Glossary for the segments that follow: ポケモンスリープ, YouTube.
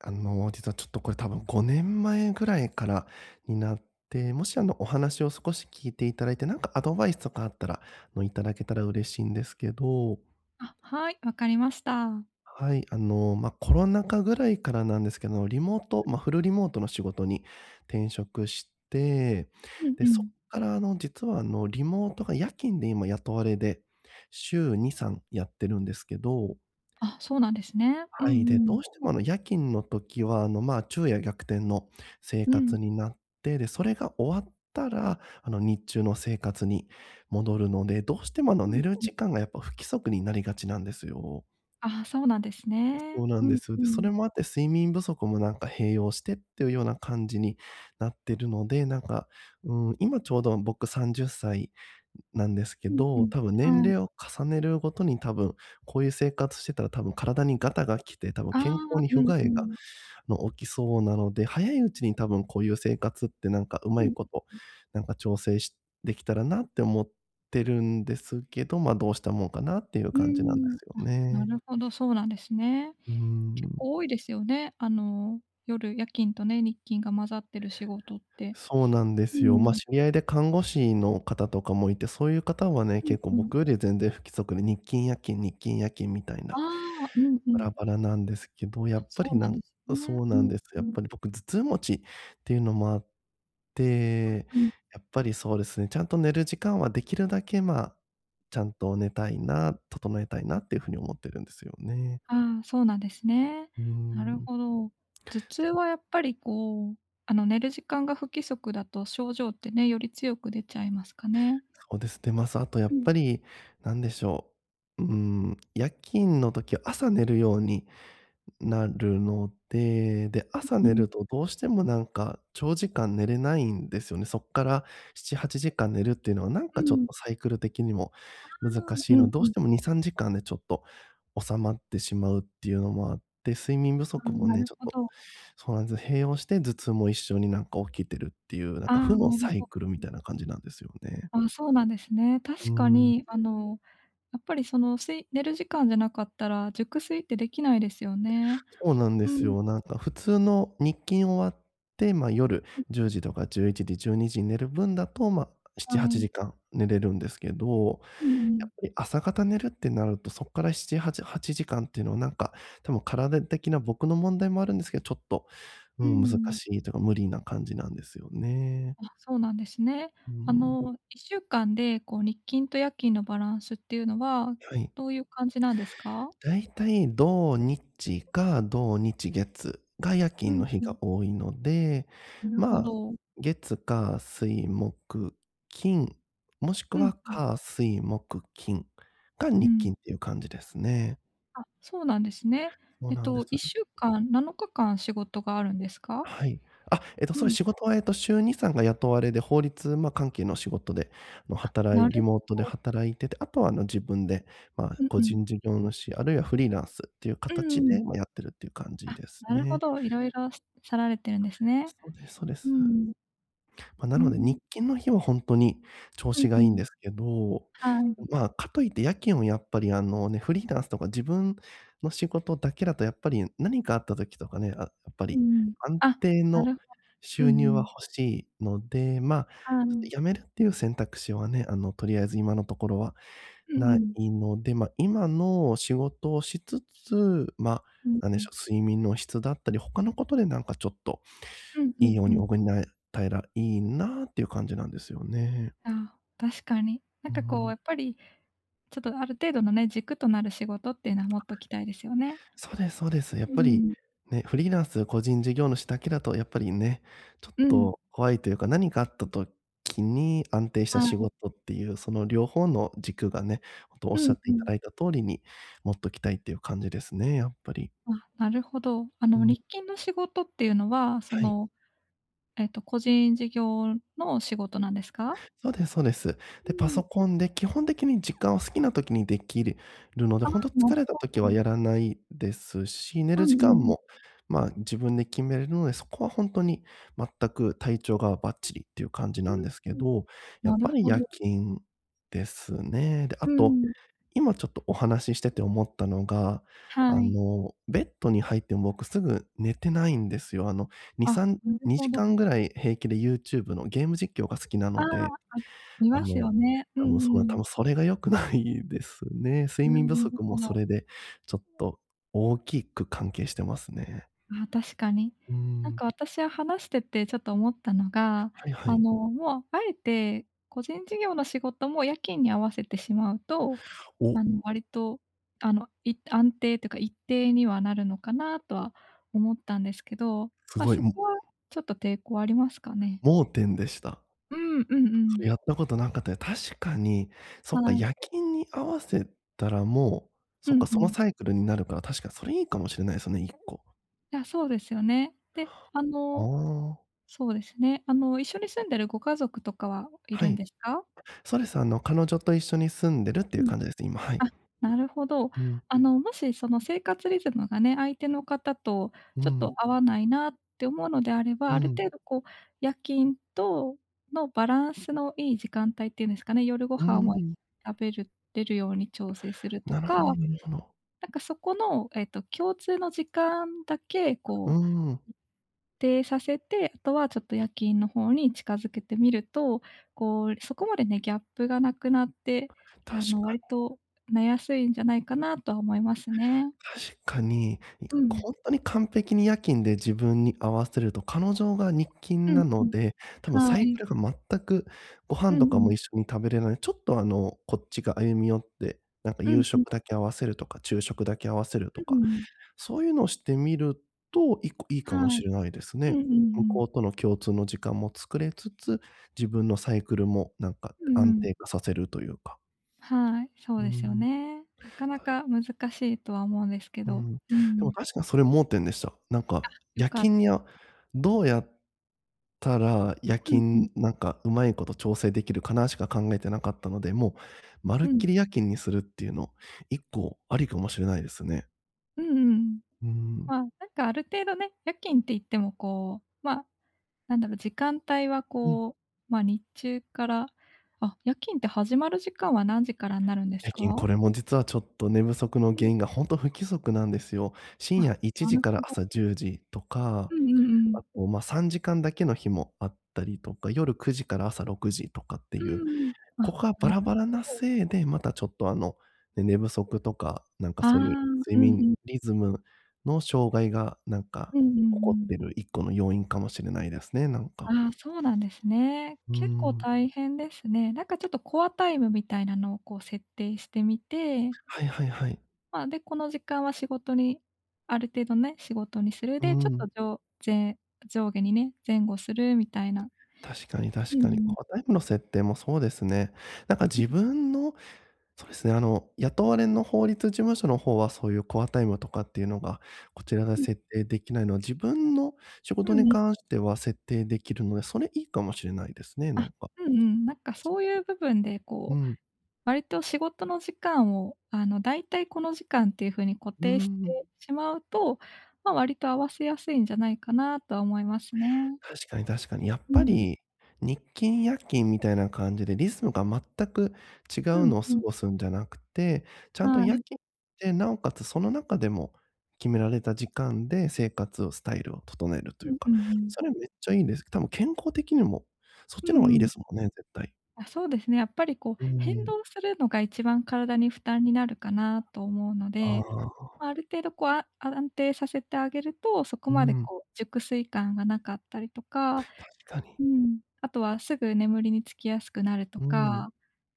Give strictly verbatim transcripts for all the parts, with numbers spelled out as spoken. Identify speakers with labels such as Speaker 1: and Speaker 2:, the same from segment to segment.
Speaker 1: あの、実はちょっとこれ多分ごねんまえぐらいからになって、もしあのお話を少し聞いていただいて、なんかアドバイスとかあったら、あの、いただけたら嬉しいんですけど、
Speaker 2: あ、はい、わかりました。
Speaker 1: はい、あの、まあ、コロナ禍ぐらいからなんですけど、リモート、まあ、フルリモートの仕事に転職して、
Speaker 2: うんう
Speaker 1: で、そっ
Speaker 2: ん。
Speaker 1: からあの、実はあの、リモートが夜勤で今雇われで、週に、さんやってるんですけど。
Speaker 2: あ、そうなんですね。うんう
Speaker 1: はい、で、ど
Speaker 2: ん。
Speaker 1: うしてもあの夜勤の時は、あの、まあ、昼夜逆転の生
Speaker 2: うん。
Speaker 1: 活になって、で、それが終わったら、あの、日中の生活に戻るので、どうしてもあの
Speaker 2: うん
Speaker 1: 寝る
Speaker 2: うん。
Speaker 1: 時間がやっぱ不規則になりがちなんですよ。
Speaker 2: あそうなんですね。
Speaker 1: そうな
Speaker 2: う
Speaker 1: んで
Speaker 2: ん
Speaker 1: すよ。
Speaker 2: う
Speaker 1: で、そ
Speaker 2: ん。
Speaker 1: れもあって睡眠不足もなんか併用してっていうような感じになってるので、なんか、うん、今ちょうど僕さんじゅっさいなんですけ
Speaker 2: うんう
Speaker 1: ど、
Speaker 2: ん。
Speaker 1: 多分年
Speaker 2: はい。
Speaker 1: 齢を重ねるごとに多分こういう生活してたら多分体にガタが来て、多分
Speaker 2: あ
Speaker 1: 健康
Speaker 2: あ、
Speaker 1: に
Speaker 2: う
Speaker 1: 不
Speaker 2: ん
Speaker 1: 具合が、
Speaker 2: う
Speaker 1: あ
Speaker 2: ん。
Speaker 1: の、起きそうなので、早いうちに多分こういう生活ってなんかうまい
Speaker 2: う
Speaker 1: こと、なんか調整しできたらなって思ってるんですけど、ま、あどうしたもんかなっていう感じなんで
Speaker 2: んうん。
Speaker 1: すよ
Speaker 2: あ、な
Speaker 1: ね。
Speaker 2: るほど、そうなんですね。
Speaker 1: う
Speaker 2: 結
Speaker 1: ん。
Speaker 2: 構多いですよね。あの、夜、夜勤とね、日勤が混ざってる仕事って。
Speaker 1: そうなんで
Speaker 2: う
Speaker 1: すよ。まあ、
Speaker 2: ん。
Speaker 1: 知り合いで看護師の方とかもいて、そういう方はね、
Speaker 2: うん
Speaker 1: 結構
Speaker 2: うん。
Speaker 1: 僕より全然不規則で、日勤夜勤日勤夜勤みたい
Speaker 2: あ
Speaker 1: な、
Speaker 2: あ、うんう
Speaker 1: バラ
Speaker 2: ん。
Speaker 1: バラなんですけど、や
Speaker 2: あ、
Speaker 1: っぱ
Speaker 2: そ
Speaker 1: り
Speaker 2: うな
Speaker 1: な
Speaker 2: ん
Speaker 1: ん、
Speaker 2: ですね。
Speaker 1: そう
Speaker 2: う
Speaker 1: なん
Speaker 2: ん
Speaker 1: です。
Speaker 2: う
Speaker 1: やっ
Speaker 2: ん。
Speaker 1: ぱり僕頭痛持ちっていうのもあって、
Speaker 2: うん。
Speaker 1: やっぱりそうですね、ちゃんと寝る時間はできるだけ、まあ、ちゃんと寝たいな、整えたいなっていうふうに思ってるんですよね。
Speaker 2: ああ、そうなんですね。
Speaker 1: うー
Speaker 2: なる
Speaker 1: ん、
Speaker 2: ほど。頭痛
Speaker 1: そ
Speaker 2: はや
Speaker 1: う。
Speaker 2: っぱりこう、あの、寝る時間が不規則だと症状ってね、より強く出ちゃいますかね？
Speaker 1: おで捨てます。あとやっ
Speaker 2: うん、
Speaker 1: ぱり、なんでしょう。うーん、夜勤の時は朝寝るようになるので、で、朝
Speaker 2: う
Speaker 1: 寝
Speaker 2: ん、
Speaker 1: るとどうしてもなんか長時間寝れないんですよね。そっからなな、はちじかん寝るっていうのはなん
Speaker 2: う
Speaker 1: かちょっ
Speaker 2: ん。
Speaker 1: とサイクル的にも
Speaker 2: あ
Speaker 1: 難
Speaker 2: あ、
Speaker 1: し
Speaker 2: う
Speaker 1: いの
Speaker 2: ん
Speaker 1: で、ど
Speaker 2: う
Speaker 1: うし
Speaker 2: ん。
Speaker 1: てもに、さんじかんでちょっと収まってしまうっていうのもあって、睡眠不
Speaker 2: ああ、
Speaker 1: 足も
Speaker 2: な
Speaker 1: ね、
Speaker 2: る
Speaker 1: ちょっ
Speaker 2: ほ
Speaker 1: と、
Speaker 2: ど。
Speaker 1: そうなんです。併用して頭痛も一緒になんか起きてるっていう、なん
Speaker 2: あ
Speaker 1: か
Speaker 2: あ、
Speaker 1: 負の
Speaker 2: なる
Speaker 1: サイ
Speaker 2: ほ
Speaker 1: クルみたいな感じなんですよね。
Speaker 2: ああ、そうなんですね。
Speaker 1: うー
Speaker 2: 確か
Speaker 1: ん。
Speaker 2: に、あの、やっぱりその、すい寝る時間じゃなかったら、熟睡ってできないですよね。
Speaker 1: そうなんで
Speaker 2: う
Speaker 1: す
Speaker 2: ん。
Speaker 1: よ。なんか普通の日勤終わって、まあ、夜
Speaker 2: うん、
Speaker 1: じゅうじとかじゅういちじ、じゅうにじにじに寝る分だと、ま、
Speaker 2: は
Speaker 1: なな、8
Speaker 2: い。
Speaker 1: 時間寝れるんですけど、
Speaker 2: う
Speaker 1: や
Speaker 2: ん。
Speaker 1: っぱり朝方寝るってなると、そこからなな、はち、はちじかんっていうのはなんか、多分体的な僕の問題もあるんですけど、ちょっと、う
Speaker 2: う
Speaker 1: ん、難
Speaker 2: ん。
Speaker 1: しいというか無理な感じなんですよね。
Speaker 2: あ、そうなんですね。
Speaker 1: う
Speaker 2: あ
Speaker 1: ん。
Speaker 2: の、いっしゅうかんで、こう、日勤と夜勤のバランスっていうのは、
Speaker 1: はい。
Speaker 2: どういう感じなんですか？
Speaker 1: だいたい土日か土日月が夜
Speaker 2: う
Speaker 1: 勤
Speaker 2: ん
Speaker 1: の日
Speaker 2: うん、
Speaker 1: が多いので、
Speaker 2: なるほ
Speaker 1: まあ、
Speaker 2: ど。
Speaker 1: 月火水木金、もしく
Speaker 2: うん
Speaker 1: は
Speaker 2: うん、
Speaker 1: 火水木金が
Speaker 2: う
Speaker 1: 日
Speaker 2: ん。
Speaker 1: 勤っていう感じですね。
Speaker 2: あ、そうなんですね。
Speaker 1: そう
Speaker 2: えっ
Speaker 1: なんで
Speaker 2: と、
Speaker 1: す。
Speaker 2: いっしゅうかん、なのかかん仕事があるんですか？
Speaker 1: はい。あ、えっと、
Speaker 2: う
Speaker 1: それ
Speaker 2: ん。
Speaker 1: 仕事は、えっと、週に、さんが雇われで、法律、まあ、関係の仕事で、あの、
Speaker 2: あ、
Speaker 1: 働
Speaker 2: な
Speaker 1: いリ
Speaker 2: る
Speaker 1: モートで
Speaker 2: ほど。
Speaker 1: 働いてて、あとは、あの、自分で、まあ、
Speaker 2: うん
Speaker 1: 個
Speaker 2: うん。
Speaker 1: 人事業主あるいはフリーランスっていう
Speaker 2: うんう
Speaker 1: 形
Speaker 2: ん。
Speaker 1: で、まあ、やってるっていう感じ
Speaker 2: あ、
Speaker 1: です
Speaker 2: なるほ
Speaker 1: ね。
Speaker 2: ど、色々しささられてるんですね。
Speaker 1: そうですそうで
Speaker 2: う
Speaker 1: す。
Speaker 2: ん。
Speaker 1: まあ、な
Speaker 2: う
Speaker 1: ので、
Speaker 2: ん。
Speaker 1: 日勤の日は本当に調
Speaker 2: うん
Speaker 1: 子
Speaker 2: う
Speaker 1: がいいん
Speaker 2: ん。
Speaker 1: ですけど、
Speaker 2: はい。
Speaker 1: まあ、かといって夜勤をやっぱりあのね、フリーランスとか自分の仕事だけだとやっぱり何かあった時とかね、あ、やっぱ
Speaker 2: う
Speaker 1: り
Speaker 2: んうん。
Speaker 1: 安
Speaker 2: あ、
Speaker 1: 定
Speaker 2: な
Speaker 1: の
Speaker 2: るほうんう
Speaker 1: 収入は
Speaker 2: ん。
Speaker 1: 欲しいので、まあ、
Speaker 2: は
Speaker 1: ち
Speaker 2: い。
Speaker 1: ょっと辞めるっていう選択肢はね、あの、とりあえず今のところは
Speaker 2: うんう
Speaker 1: な
Speaker 2: ん。
Speaker 1: いので、まあ、今の仕事をしつつ、まあ、
Speaker 2: うん
Speaker 1: なん
Speaker 2: う
Speaker 1: でし
Speaker 2: ん。
Speaker 1: ょう、睡眠の質だったり、他のことでなんかちょっと
Speaker 2: うんう
Speaker 1: いい
Speaker 2: ん
Speaker 1: よう
Speaker 2: う
Speaker 1: に
Speaker 2: ん。
Speaker 1: 補えたえらいいなっていう感じなんですよね。
Speaker 2: ああ、確かに。なん
Speaker 1: うー
Speaker 2: かこう
Speaker 1: ん。
Speaker 2: やっぱり、ちょっとある程度のね、軸となる仕事っていうのは持っときたいですよね。
Speaker 1: そうですそうです。やっ
Speaker 2: う
Speaker 1: ぱり、
Speaker 2: ん。
Speaker 1: ね、フリーランス、個人事業主だけだとやっぱりね、ちょっ
Speaker 2: うん。
Speaker 1: と怖いというか、何かあった時に安定し
Speaker 2: は
Speaker 1: た仕
Speaker 2: い。
Speaker 1: 事っていう、その両方の軸がね、ほんとおっし
Speaker 2: う
Speaker 1: ゃ
Speaker 2: ん
Speaker 1: って
Speaker 2: う
Speaker 1: いた
Speaker 2: ん。
Speaker 1: だいた通りに持っときたいっていう感じですね、やっぱり。
Speaker 2: あ、なるほど。あ
Speaker 1: う
Speaker 2: の、
Speaker 1: ん、
Speaker 2: 日勤の仕事っていうのは、そ
Speaker 1: はい。
Speaker 2: の、えっと、個人事業の仕事なんですか？
Speaker 1: そうですそうです。
Speaker 2: う
Speaker 1: で、パ
Speaker 2: ん。
Speaker 1: ソコンで基本的に時間を好きな時にできるので、
Speaker 2: ああ、
Speaker 1: ほんと
Speaker 2: なる
Speaker 1: 疲れた
Speaker 2: ほ
Speaker 1: 時は
Speaker 2: ど。
Speaker 1: やらないですし、寝
Speaker 2: う
Speaker 1: る
Speaker 2: ん
Speaker 1: 時
Speaker 2: う
Speaker 1: 間
Speaker 2: んうん。
Speaker 1: も、まあ、自分で決めれるので、そこはほんとに全く体調がバッチリっていう感じ
Speaker 2: う
Speaker 1: なん
Speaker 2: ん
Speaker 1: ですけ
Speaker 2: うん。
Speaker 1: ど、や
Speaker 2: な
Speaker 1: っ
Speaker 2: る
Speaker 1: ぱり
Speaker 2: ほど。
Speaker 1: 夜勤ですね。で、あ
Speaker 2: う
Speaker 1: と、
Speaker 2: ん。
Speaker 1: 今ちょっとお話ししてて思ったのが、
Speaker 2: は
Speaker 1: あ
Speaker 2: い。
Speaker 1: の、ベッドに入っても僕すぐ寝てないんですよ。あの、に、
Speaker 2: あ、
Speaker 1: さん、
Speaker 2: なるほ
Speaker 1: 2
Speaker 2: ど。
Speaker 1: 時間ぐらい平気で YouTube のゲーム実況が好きな
Speaker 2: ああ、
Speaker 1: ので、
Speaker 2: あり
Speaker 1: あ
Speaker 2: ます
Speaker 1: の、
Speaker 2: よね。うん
Speaker 1: 多分
Speaker 2: う
Speaker 1: その、多
Speaker 2: ん。
Speaker 1: 分それが良くないですね。
Speaker 2: ああ、
Speaker 1: 睡
Speaker 2: な
Speaker 1: 眠不
Speaker 2: る
Speaker 1: 足
Speaker 2: ほ
Speaker 1: もそ
Speaker 2: ど。
Speaker 1: れで、ちょっと大きく関係してますね。
Speaker 2: あ、確かに。
Speaker 1: うー
Speaker 2: なん
Speaker 1: ん、
Speaker 2: か私は話しててちょっと思ったのが、
Speaker 1: はいは
Speaker 2: あ
Speaker 1: い。
Speaker 2: の、もうあえて個人事業の仕事も夜勤に合わせてしまうと、
Speaker 1: お、
Speaker 2: あの、割と、あの、い安定というか一定にはなるのかなとは思ったんですけど、
Speaker 1: す
Speaker 2: まあ、
Speaker 1: ごい、
Speaker 2: そ
Speaker 1: も
Speaker 2: こはちょっと抵抗ありますかね？
Speaker 1: 盲点でした。
Speaker 2: うん、うんう
Speaker 1: そ
Speaker 2: ん。
Speaker 1: れやったことなかったや確かに、そ
Speaker 2: は
Speaker 1: っか、
Speaker 2: い。
Speaker 1: 夜勤に合わせたらもう、そ
Speaker 2: う
Speaker 1: っか、
Speaker 2: んう
Speaker 1: その
Speaker 2: ん。
Speaker 1: サイクルになるから、確かそれいいかもしれないですね、いっこ。
Speaker 2: いや、そうですよね。で、あ
Speaker 1: あ
Speaker 2: の
Speaker 1: あ、
Speaker 2: そうですね。あの、一緒に住んでるご家族とかはい
Speaker 1: は
Speaker 2: るん
Speaker 1: い。
Speaker 2: ですか？
Speaker 1: そうです、あの、彼女と一緒に住んでるって
Speaker 2: う
Speaker 1: いう
Speaker 2: ん。
Speaker 1: 感じですね、今、はい。
Speaker 2: あ、なるほど。
Speaker 1: うん、
Speaker 2: あの、もしその生活リズムがね、相手の方と
Speaker 1: う
Speaker 2: ちょっと
Speaker 1: ん、
Speaker 2: 合わないなって思うのであれば、
Speaker 1: う
Speaker 2: ある
Speaker 1: ん、
Speaker 2: 程度こう夜勤とのバランスのいい時間帯っていうんですかね、夜ご
Speaker 1: うー
Speaker 2: 飯を
Speaker 1: ん、
Speaker 2: 食べるれるように調整すると
Speaker 1: なる
Speaker 2: か、
Speaker 1: ほ
Speaker 2: な
Speaker 1: どなるほど。
Speaker 2: んかそこの、えっと、共通の時間だけ
Speaker 1: うー
Speaker 2: こう
Speaker 1: ん、
Speaker 2: 定させて、あとはちょっと夜勤の方に近づけてみると、こう、そこまでね、ギャップがなくなって、あ
Speaker 1: 確
Speaker 2: の、
Speaker 1: か
Speaker 2: 割
Speaker 1: に
Speaker 2: と寝やすいんじゃないかなとは思いますね。
Speaker 1: 確かに、い
Speaker 2: うん。
Speaker 1: ほんとに完璧に夜勤で自分に合わせると、彼女が日
Speaker 2: う
Speaker 1: 勤
Speaker 2: ん
Speaker 1: な
Speaker 2: う
Speaker 1: の
Speaker 2: ん。
Speaker 1: で、多分
Speaker 2: は
Speaker 1: サイ
Speaker 2: い。
Speaker 1: クルが全くご
Speaker 2: うん
Speaker 1: 飯
Speaker 2: う
Speaker 1: とかも
Speaker 2: ん。
Speaker 1: 一緒に食べれない、ちょっとあの、こっちが歩み寄って、なんか
Speaker 2: う
Speaker 1: 夕
Speaker 2: んうん、
Speaker 1: 食だけ合わせるとか、昼食だけ合わせると
Speaker 2: う
Speaker 1: か、
Speaker 2: ん。
Speaker 1: そういうのをしてみると、いっこいいかも
Speaker 2: は
Speaker 1: し
Speaker 2: い。
Speaker 1: れないです
Speaker 2: うん
Speaker 1: ね。
Speaker 2: うんう
Speaker 1: 向こ
Speaker 2: ん。
Speaker 1: うとの共通の時間も作れつつ、自分のサイクルもなんか
Speaker 2: うん
Speaker 1: 安
Speaker 2: うん。
Speaker 1: 定化させるというか。
Speaker 2: はい、そう
Speaker 1: うー
Speaker 2: ですよ
Speaker 1: ん、
Speaker 2: ね。なかなか難しいとは思うんですけ
Speaker 1: う
Speaker 2: ど、
Speaker 1: ん。
Speaker 2: う
Speaker 1: でも
Speaker 2: ん、
Speaker 1: 確かそれ盲点でした。なんか、
Speaker 2: よ
Speaker 1: 夜
Speaker 2: かっ
Speaker 1: 勤に
Speaker 2: た。
Speaker 1: はどうやったら夜
Speaker 2: うんうん、
Speaker 1: 勤、なんかうまいこと調整できるかなしか考えてなかったので、もう、まる
Speaker 2: う
Speaker 1: っ
Speaker 2: ん。
Speaker 1: きり夜勤にするっていうの、一個ありかもしれないですね。
Speaker 2: うんうん。
Speaker 1: うーん。
Speaker 2: まあ、なんかある程度ね、夜勤って言ってもこう、まあ、なんだろう、時間帯は
Speaker 1: うん。
Speaker 2: こう、ま、日中からあ、夜勤って始まる時間は何時からになるんです
Speaker 1: 夜勤、
Speaker 2: か？
Speaker 1: これも実はちょっと寝不足の原因がほんと不規則なんですよ。
Speaker 2: あ、
Speaker 1: 深夜1
Speaker 2: な
Speaker 1: 時
Speaker 2: る
Speaker 1: から
Speaker 2: ほど。
Speaker 1: 朝じゅうじとか、
Speaker 2: うんうんうん。
Speaker 1: あと、ま、さんじかんだけの日もあったりとか、夜くじから朝ろくじとかって
Speaker 2: う
Speaker 1: いう
Speaker 2: んうん。
Speaker 1: こ
Speaker 2: あ、
Speaker 1: こがバ
Speaker 2: な
Speaker 1: ラバ
Speaker 2: る
Speaker 1: ラな
Speaker 2: ほど。
Speaker 1: せいで、またちょっとあの、ね、寝不足とか、なんか
Speaker 2: ああ、
Speaker 1: そういう睡
Speaker 2: うん
Speaker 1: 眠
Speaker 2: うん。
Speaker 1: リズムの障害がなん
Speaker 2: う
Speaker 1: か
Speaker 2: んうんう
Speaker 1: 起こっ
Speaker 2: ん。
Speaker 1: てるいっこの要因かもしれないですね、なん
Speaker 2: あ
Speaker 1: か。
Speaker 2: あ、そうなんですね。
Speaker 1: うー
Speaker 2: 結構
Speaker 1: ん。
Speaker 2: 大変ですね。なんかちょっとコアタイムみたいなのをこう設定してみて、
Speaker 1: はいはいはい。
Speaker 2: まあ、で、この時間は仕事にある程度ね、仕事にする。
Speaker 1: うー
Speaker 2: で、ちょ
Speaker 1: ん。
Speaker 2: っと上前上下にね、前後するみたいな。
Speaker 1: 確かに
Speaker 2: う
Speaker 1: 確
Speaker 2: んう
Speaker 1: かに。こ
Speaker 2: ん
Speaker 1: うタイムの設定もそうですね。なんか
Speaker 2: う
Speaker 1: 自
Speaker 2: ん
Speaker 1: 分の、そうですね。あの、雇われの法律事務所の方は、そういうコアタイムとかっていうのが、こちらが
Speaker 2: うん。
Speaker 1: 設定できないのは、自分の仕事
Speaker 2: う
Speaker 1: に
Speaker 2: んうん。
Speaker 1: 関しては設定できるので、それいいかもしれないですね、なん
Speaker 2: あ、
Speaker 1: か。
Speaker 2: うんうん。なんかそういう部分で、
Speaker 1: う
Speaker 2: こう、
Speaker 1: ん。
Speaker 2: 割と仕事の時間を、あの、だいたいこの時間っていう風に固
Speaker 1: う
Speaker 2: 定し
Speaker 1: ん。
Speaker 2: てしまうと、ま、割と合わせやすいんじゃないかなとは思いますね。
Speaker 1: 確かに確かに。やっ
Speaker 2: う
Speaker 1: ぱ
Speaker 2: ん。
Speaker 1: り、日勤夜勤みたいな感じでリズムが全く違
Speaker 2: う
Speaker 1: う
Speaker 2: ん
Speaker 1: のを過
Speaker 2: うん。
Speaker 1: ごすんじゃなくて、ちゃんと
Speaker 2: は
Speaker 1: 夜
Speaker 2: い。
Speaker 1: 勤で、なおかつその中でも決められた時間で生活をスタイルを整えると
Speaker 2: う
Speaker 1: いう
Speaker 2: んう
Speaker 1: か、
Speaker 2: んうん。
Speaker 1: それめっちゃいいです。多分健康的にも、そっち
Speaker 2: う
Speaker 1: の
Speaker 2: ん
Speaker 1: 方が
Speaker 2: う
Speaker 1: いいで
Speaker 2: ん。
Speaker 1: すもんね、絶対。
Speaker 2: あ、そうですね。やっぱりこう、
Speaker 1: う
Speaker 2: 変
Speaker 1: ん。
Speaker 2: 動するのが一番体に負担になるかなと思うの
Speaker 1: あ
Speaker 2: で、
Speaker 1: あ、
Speaker 2: ま、ある程度こう、あ安定させてあげると、そこ
Speaker 1: う
Speaker 2: まで
Speaker 1: ん。
Speaker 2: こう、熟睡感がなかったりとか
Speaker 1: 確かに。
Speaker 2: うん、あとはすぐ眠りにつきやすくなると
Speaker 1: うん。
Speaker 2: か、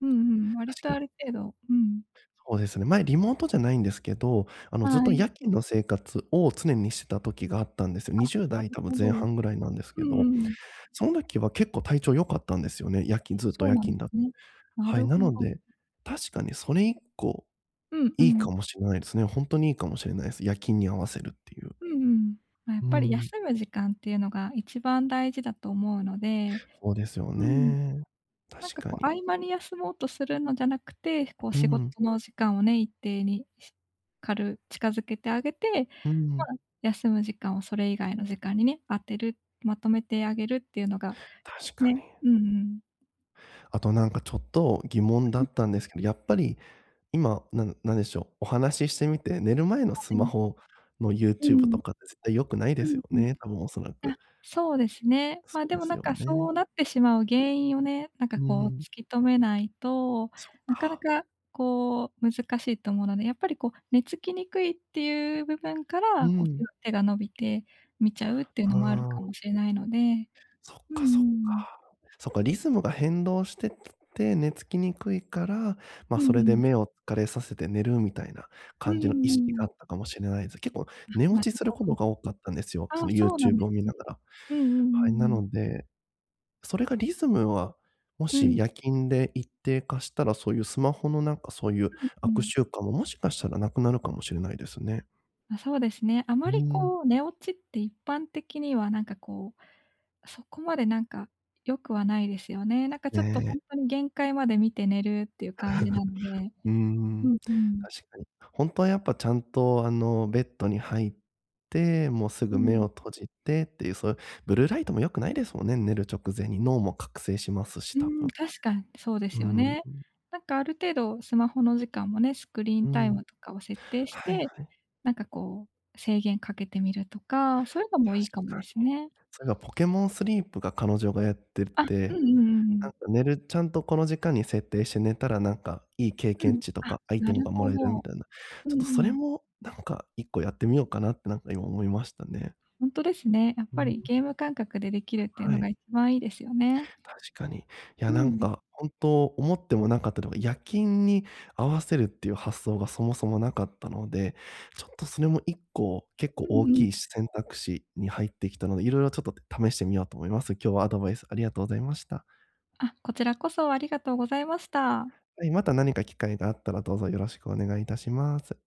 Speaker 2: うんうん、割
Speaker 1: 確
Speaker 2: と
Speaker 1: か
Speaker 2: あ
Speaker 1: に
Speaker 2: る程度うん、
Speaker 1: そうですね。前リモートじゃないんですけど、あのずっ
Speaker 2: は
Speaker 1: と
Speaker 2: い。
Speaker 1: 夜勤の生活を常にしてた時があったんですよ。
Speaker 2: あ、
Speaker 1: にじゅう
Speaker 2: な
Speaker 1: 代
Speaker 2: る
Speaker 1: 多分
Speaker 2: ほど。う
Speaker 1: 前
Speaker 2: ん
Speaker 1: 半ぐらいなんですけど、
Speaker 2: うん。
Speaker 1: その時は結構体調良かったんですよね。夜勤ずっと
Speaker 2: そう
Speaker 1: 夜
Speaker 2: なんで
Speaker 1: 勤だ
Speaker 2: すね。な
Speaker 1: はい、
Speaker 2: る
Speaker 1: な
Speaker 2: ほ
Speaker 1: の
Speaker 2: ど。
Speaker 1: で、確かにそれ以降、
Speaker 2: うんう
Speaker 1: いい
Speaker 2: ん。
Speaker 1: かもしれないですね。ほんとにいいかもしれないです。夜勤に合わせるっていう。
Speaker 2: うんうん。まあ、や
Speaker 1: う
Speaker 2: っぱり
Speaker 1: ん、
Speaker 2: 休む時間っていうのが一番大事だと思うので、
Speaker 1: そうですよ
Speaker 2: うん。
Speaker 1: ね。
Speaker 2: なん
Speaker 1: 確
Speaker 2: か
Speaker 1: か
Speaker 2: こう、
Speaker 1: に。
Speaker 2: 合間に休もうとするのじゃなくて、こう
Speaker 1: う
Speaker 2: 仕事
Speaker 1: ん、
Speaker 2: の時間をね、一定にしかる近づけてあげて、
Speaker 1: う
Speaker 2: ま
Speaker 1: ん、
Speaker 2: あ、休む時間をそれ以外の時間にね、当てる、まとめてあげるっていうのが、
Speaker 1: 確か
Speaker 2: ね、
Speaker 1: に。
Speaker 2: うんうん。
Speaker 1: あとなんかちょっと疑問だ
Speaker 2: うん、
Speaker 1: ったんですけど、やっぱり今、なんなんでしょう、お話ししてみて、寝る前の
Speaker 2: は
Speaker 1: スマ
Speaker 2: い。
Speaker 1: ホの
Speaker 2: う
Speaker 1: YouTube
Speaker 2: ん、
Speaker 1: とかって絶対良くない
Speaker 2: う
Speaker 1: です
Speaker 2: ん
Speaker 1: よね、多分おそら
Speaker 2: うん。あ、
Speaker 1: く。
Speaker 2: そうですね。
Speaker 1: そ
Speaker 2: まあ、
Speaker 1: う
Speaker 2: で
Speaker 1: で
Speaker 2: もな
Speaker 1: す
Speaker 2: ん
Speaker 1: よ
Speaker 2: かそ
Speaker 1: ね。
Speaker 2: うなってしまう原因をね、なんか
Speaker 1: う
Speaker 2: こう
Speaker 1: ん。
Speaker 2: 突き止めないと、
Speaker 1: そっ
Speaker 2: なかな
Speaker 1: か。
Speaker 2: かこう難しいと思うので、やっぱりこう寝つきにくいっていう部分か
Speaker 1: う
Speaker 2: ら、こう手
Speaker 1: ん。
Speaker 2: 手が伸びて見ちゃうっていうのもある
Speaker 1: あ
Speaker 2: かも
Speaker 1: あ、
Speaker 2: しれないので。
Speaker 1: そっ
Speaker 2: うんう
Speaker 1: かそ
Speaker 2: ん
Speaker 1: っか。
Speaker 2: うん。
Speaker 1: そっか、リズムが変動してて、寝つきにくいから、ま、
Speaker 2: う
Speaker 1: そ
Speaker 2: んう
Speaker 1: れで
Speaker 2: ん。
Speaker 1: 目を疲れさせて寝るみたいな
Speaker 2: う
Speaker 1: 感
Speaker 2: んう
Speaker 1: じ
Speaker 2: ん
Speaker 1: の意
Speaker 2: う
Speaker 1: 識があ
Speaker 2: ん。
Speaker 1: ったかもしれないです。結構寝
Speaker 2: あ、
Speaker 1: 落
Speaker 2: なる
Speaker 1: ちする
Speaker 2: ほ
Speaker 1: こ
Speaker 2: ど。
Speaker 1: とが多かったんですよ、
Speaker 2: あ
Speaker 1: そ
Speaker 2: あ、
Speaker 1: の
Speaker 2: そうなん
Speaker 1: YouTube
Speaker 2: で
Speaker 1: を見
Speaker 2: すね。
Speaker 1: ながら。
Speaker 2: うんうんう
Speaker 1: はい、
Speaker 2: ん
Speaker 1: な
Speaker 2: うん。
Speaker 1: のでそれがリズムは、も
Speaker 2: う
Speaker 1: し
Speaker 2: ん。
Speaker 1: 夜勤で一定化したら、そういうスマホのなんかそういう
Speaker 2: うんう
Speaker 1: 悪
Speaker 2: ん。
Speaker 1: 習慣も、もしかしたらなくなるかもしれないですね。
Speaker 2: ま、そうですね。あ
Speaker 1: う
Speaker 2: ま
Speaker 1: ー
Speaker 2: り
Speaker 1: ん、
Speaker 2: こう寝落ちって一般的にはなんかこう、そこまでなんか良くはないですよね。なんか
Speaker 1: ね
Speaker 2: ちょっとほ
Speaker 1: え。
Speaker 2: んとに限界まで見て寝るっていう感じな ので。
Speaker 1: うーん、
Speaker 2: うんうん。
Speaker 1: 確かに。本当はやっぱちゃんとあの、ベッドに入って、もうす
Speaker 2: う
Speaker 1: ぐ目
Speaker 2: ん。
Speaker 1: を閉じてっていう、そういうブルーライトも良くないですもんね、寝る直前に脳も覚醒しますし、
Speaker 2: うー
Speaker 1: 多
Speaker 2: ん、
Speaker 1: 分。
Speaker 2: 確かにそうで
Speaker 1: う
Speaker 2: すよ
Speaker 1: ん、
Speaker 2: ね。なんかある程度スマホの時間もね、スクリーン
Speaker 1: う
Speaker 2: タイ
Speaker 1: ん。
Speaker 2: ムとかを設定し
Speaker 1: はい
Speaker 2: て、
Speaker 1: はい、
Speaker 2: なんかこう制限かけてみるとか、そういうのもいい
Speaker 1: 確
Speaker 2: かも
Speaker 1: か
Speaker 2: です
Speaker 1: に。
Speaker 2: ね。
Speaker 1: それがポケモンスリープが彼女がやって
Speaker 2: あ、うんう
Speaker 1: て、
Speaker 2: んうんう
Speaker 1: な
Speaker 2: ん。
Speaker 1: んか寝るちゃんとこの時間に設定して寝たら、なんかいい経
Speaker 2: う
Speaker 1: 験
Speaker 2: ん。
Speaker 1: 値と
Speaker 2: あ、
Speaker 1: かアイ
Speaker 2: な
Speaker 1: テム
Speaker 2: る
Speaker 1: がも
Speaker 2: ほ
Speaker 1: らえるみ
Speaker 2: ど。
Speaker 1: たいな、
Speaker 2: う
Speaker 1: ちょっ
Speaker 2: んう
Speaker 1: とそれ
Speaker 2: ん。
Speaker 1: もなんかいっこやってみようかなってなんか今思いましたね。
Speaker 2: ほんとですね。やっ
Speaker 1: う
Speaker 2: ぱ
Speaker 1: ん、
Speaker 2: りゲーム感覚でできるっていう
Speaker 1: は
Speaker 2: のが
Speaker 1: い、
Speaker 2: 一番いいですよね。
Speaker 1: 確かに。いや
Speaker 2: う
Speaker 1: なん
Speaker 2: ん。
Speaker 1: か本当思ってもなかったのが、夜勤に合わせるっていう発想がそもそもなかったので、ちょっとそれもいっこ結構
Speaker 2: う
Speaker 1: 大
Speaker 2: んうん。
Speaker 1: きい選択肢に入ってきたので、いろいろちょっと試してみようと思います。今日はアドバイスありがとうございました。
Speaker 2: あ、こちらこそありがとうございました。
Speaker 1: はい、また何か機会があったらどうぞよろしくお願いいたします。